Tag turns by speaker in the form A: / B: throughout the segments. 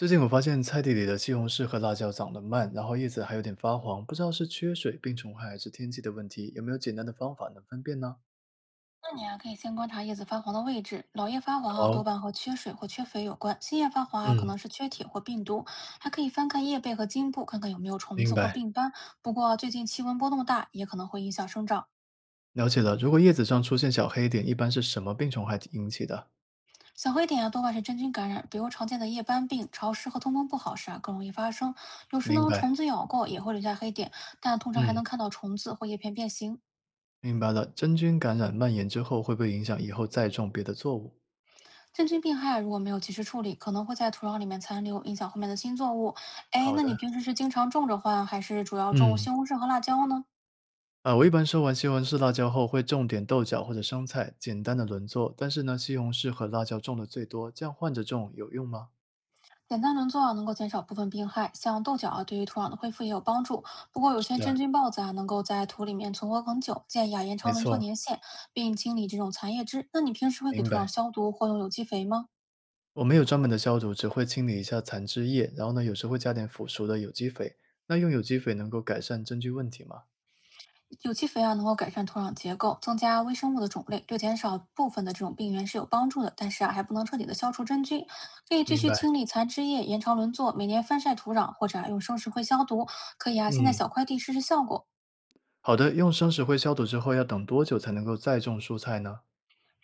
A: 最近我发现菜地里的西红柿和辣椒长得慢，然后叶子还有点发黄，不知道是缺水、病虫害还是天气的问题，有没有简单的方法能分辨呢？
B: 那你啊，可以先观察叶子发黄的位置，老叶发黄啊，多
A: 好，
B: 半和缺水或缺肥有关；新叶发黄啊，可
A: 嗯，
B: 能是缺铁或病毒。还可以翻看叶背和茎部，看看有没有虫
A: 明
B: 子或
A: 白，
B: 病斑。不过啊最近气温波动大，也可能会影响生长。
A: 了解了。如果叶子上出现小黑点，一般是什么病虫害引起的？
B: 小黑点啊，多半是真菌感染，比如常见的叶斑病，潮湿和通风不好时啊，更容易发生。有时
A: 明
B: 呢，
A: 白，
B: 虫子咬过也会留下黑点，但通常还
A: 嗯，
B: 能看到虫子或叶片变形。
A: 明白了。真菌感染蔓延之后，会不会影响以后再种别的作物？
B: 真菌病害如果没有及时处理，可能会在土壤里面残留，影响后面的新作物。哎，
A: 好
B: 那
A: 的，
B: 你平时是经常种着换，还是主要种
A: 嗯，
B: 西红柿和辣椒呢？
A: 我一般收完西红柿、辣椒后，会种点豆角或者生菜，简单的轮作。但是呢，西红柿和辣椒种的最多，这样换着种有用吗？
B: 简单轮作啊能够减少部分病害，像豆角啊，对于土壤的恢复也有帮助。不过有
A: 是
B: 些真
A: 的，
B: 菌孢子啊，能够在土里面存活很久，建议啊延长
A: 没
B: 轮作
A: 错，
B: 年限，并清理这种残叶枝。那你平时会给
A: 明
B: 土壤
A: 白。
B: 消毒或用有机肥吗？
A: 我没有专门的消毒，只会清理一下残枝叶，然后呢，有时会加点腐熟的有机肥。那用有机肥能够改善真菌问题吗？
B: 有机肥啊，能够改善土壤结构，增加微生物的种类，对减少部分的这种病源是有帮助的。但是啊，还不能彻底的消除真菌，可以继
A: 明
B: 续
A: 白，
B: 清理残枝叶，延长轮作，每年翻晒土壤，或者啊用生石灰消毒，可以啊先在
A: 嗯，
B: 小块地试试效果。
A: 好的。用生石灰消毒之后，要等多久才能够再种蔬菜呢？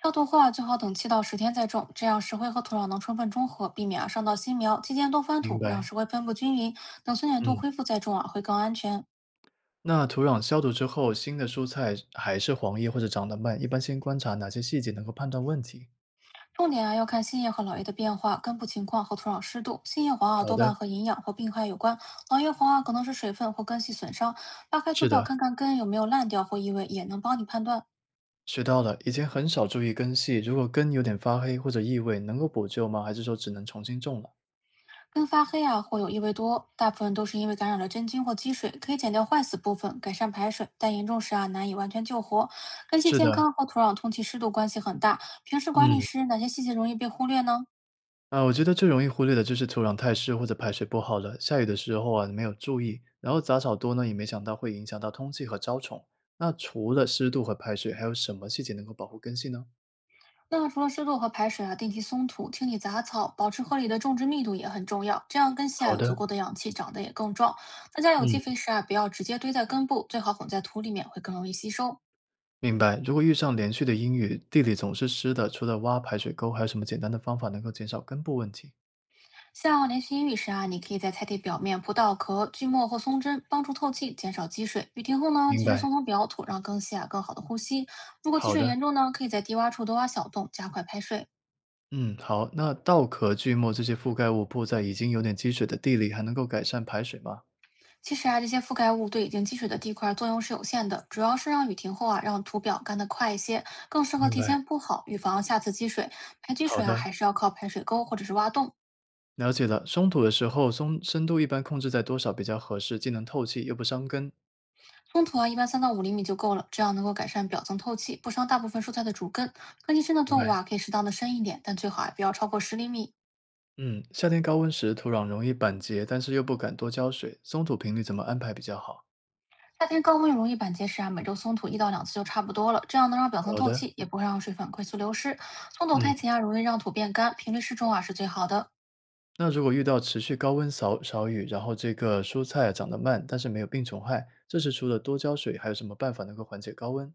B: 消毒后啊，最好等7到10天再种，这样石灰和土壤能充分中和，避免啊伤到新苗。期间多翻
A: 明
B: 土，让
A: 白，
B: 石灰分布均匀，等酸碱度
A: 嗯。
B: 恢复再种啊，会更安全。
A: 那土壤消毒之后，新的蔬菜还是黄叶或者长得慢，一般先观察哪些细节能够判断问题？
B: 重点啊要看新叶和老叶的变化、根部情况和土壤湿度。新叶黄啊
A: 好
B: 多
A: 的，
B: 半和营养或病害有关，老叶黄啊可能是水分或根系损伤。扒开图
A: 是
B: 表
A: 的，
B: 看看根有没有烂掉或异味，也能帮你判断。
A: 学到了。以前很少注意根系，如果根有点发黑或者异味，能够补救吗？还是说只能重新种了？
B: 根发黑啊或有异味多，大部分都是因为感染了真菌或积水，可以剪掉坏死部分，改善排水，但严重时啊难以完全救活。根系
A: 是
B: 健
A: 的，
B: 康和土壤通气湿度关系很大，平时管理
A: 嗯。
B: 时哪些细节容易被忽略呢？
A: 我觉得最容易忽略的就是土壤太湿或者排水不好了，下雨的时候啊没有注意，然后杂草多呢也没想到会影响到通气和招虫。那除了湿度和排水，还有什么细节能够保护根系呢？
B: 那除了湿度和排水啊，定期松土、清理杂草、保持合理的种植密度也很重要，这样根系啊
A: 好
B: 有
A: 的，
B: 足够的氧气，长得也更壮。那加有机肥
A: 嗯，
B: 时啊，不要直接堆在根部，最好混在土里面，会更容易吸收。
A: 明白。如果遇上连续的阴雨，地里总是湿的，除了挖排水沟，还有什么简单的方法能够减少根部问题？
B: 像连续阴雨时啊，你可以在菜地表面铺稻壳、锯末或松针，帮助透气，减少积水。雨停后呢，
A: 明
B: 及时
A: 白。
B: 松松表土，让根系啊更好的呼吸。如果积
A: 好
B: 水
A: 的，
B: 严重呢，可以在低洼处多挖小洞，加快排水。
A: 嗯，好。那稻壳、锯末这些覆盖物铺在已经有点积水的地里，还能够改善排水吗？
B: 其实啊，这些覆盖物对已经积水的地块作用是有限的，主要是让雨停后啊，让土表干得快一些，更适合
A: 明
B: 提
A: 白。
B: 前铺好，预防下次积水。排积
A: 好
B: 水啊，
A: 的。
B: 还是要靠排水沟或者是挖洞。
A: 了解了，松土的时候，松深度一般控制在多少比较合适，既能透气又不伤根。
B: 松土啊，一般3到5厘米就够了，这样能够改善表层透气，不伤大部分蔬菜的主根。根茎深的
A: 明
B: 作物
A: 白。
B: 啊，可以适当的深一点，但最好啊不要超过10厘米。
A: 嗯，夏天高温时土壤容易板结，但是又不敢多浇水，松土频率怎么安排比较好？
B: 夏天高温容易板结石啊，每周松土1到2次就差不多了，这样能让表层
A: 好
B: 透
A: 的，
B: 气，也不会让水分快速流失。松土
A: 嗯，
B: 太勤啊，容易让土变干，频率适中啊是最好的。
A: 那如果遇到持续高温少雨，然后这个蔬菜啊长得慢，但是没有病虫害，这时除了多浇水，还有什么办法能够缓解高温？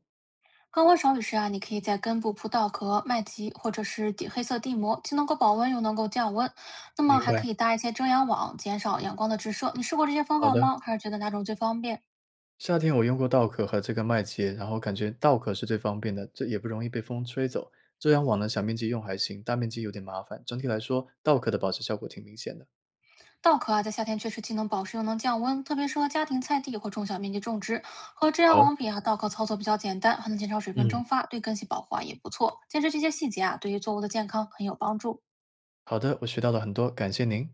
B: 高温少雨时啊，你可以在根部铺稻壳、麦秸或者是底黑色地膜，既能够保温又能够降温。那么
A: 明
B: 还
A: 白。
B: 可以搭一些遮阳网，减少阳光的直射。你试过这些方
A: 好
B: 法
A: 的。
B: 吗？还是觉得哪种最方便？
A: 夏天我用过稻壳和这个麦秸，然后感觉稻壳是最方便的，这也不容易被风吹走。遮阳网呢，小面积用还行，大面积有点麻烦。整体来说，稻壳的保湿效果挺明显的。
B: 稻壳啊，在夏天确实既能保湿又能降温，特别适合家庭菜地或中小面积种植。和遮阳
A: 好，
B: 网比啊，稻壳操作比较简单，还能减少水分
A: 嗯，
B: 蒸发，对根系保护啊也不错。坚持这些细节啊，对于作物的健康很有帮助。
A: 好的，我学到了很多，感谢您。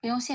B: 不用谢。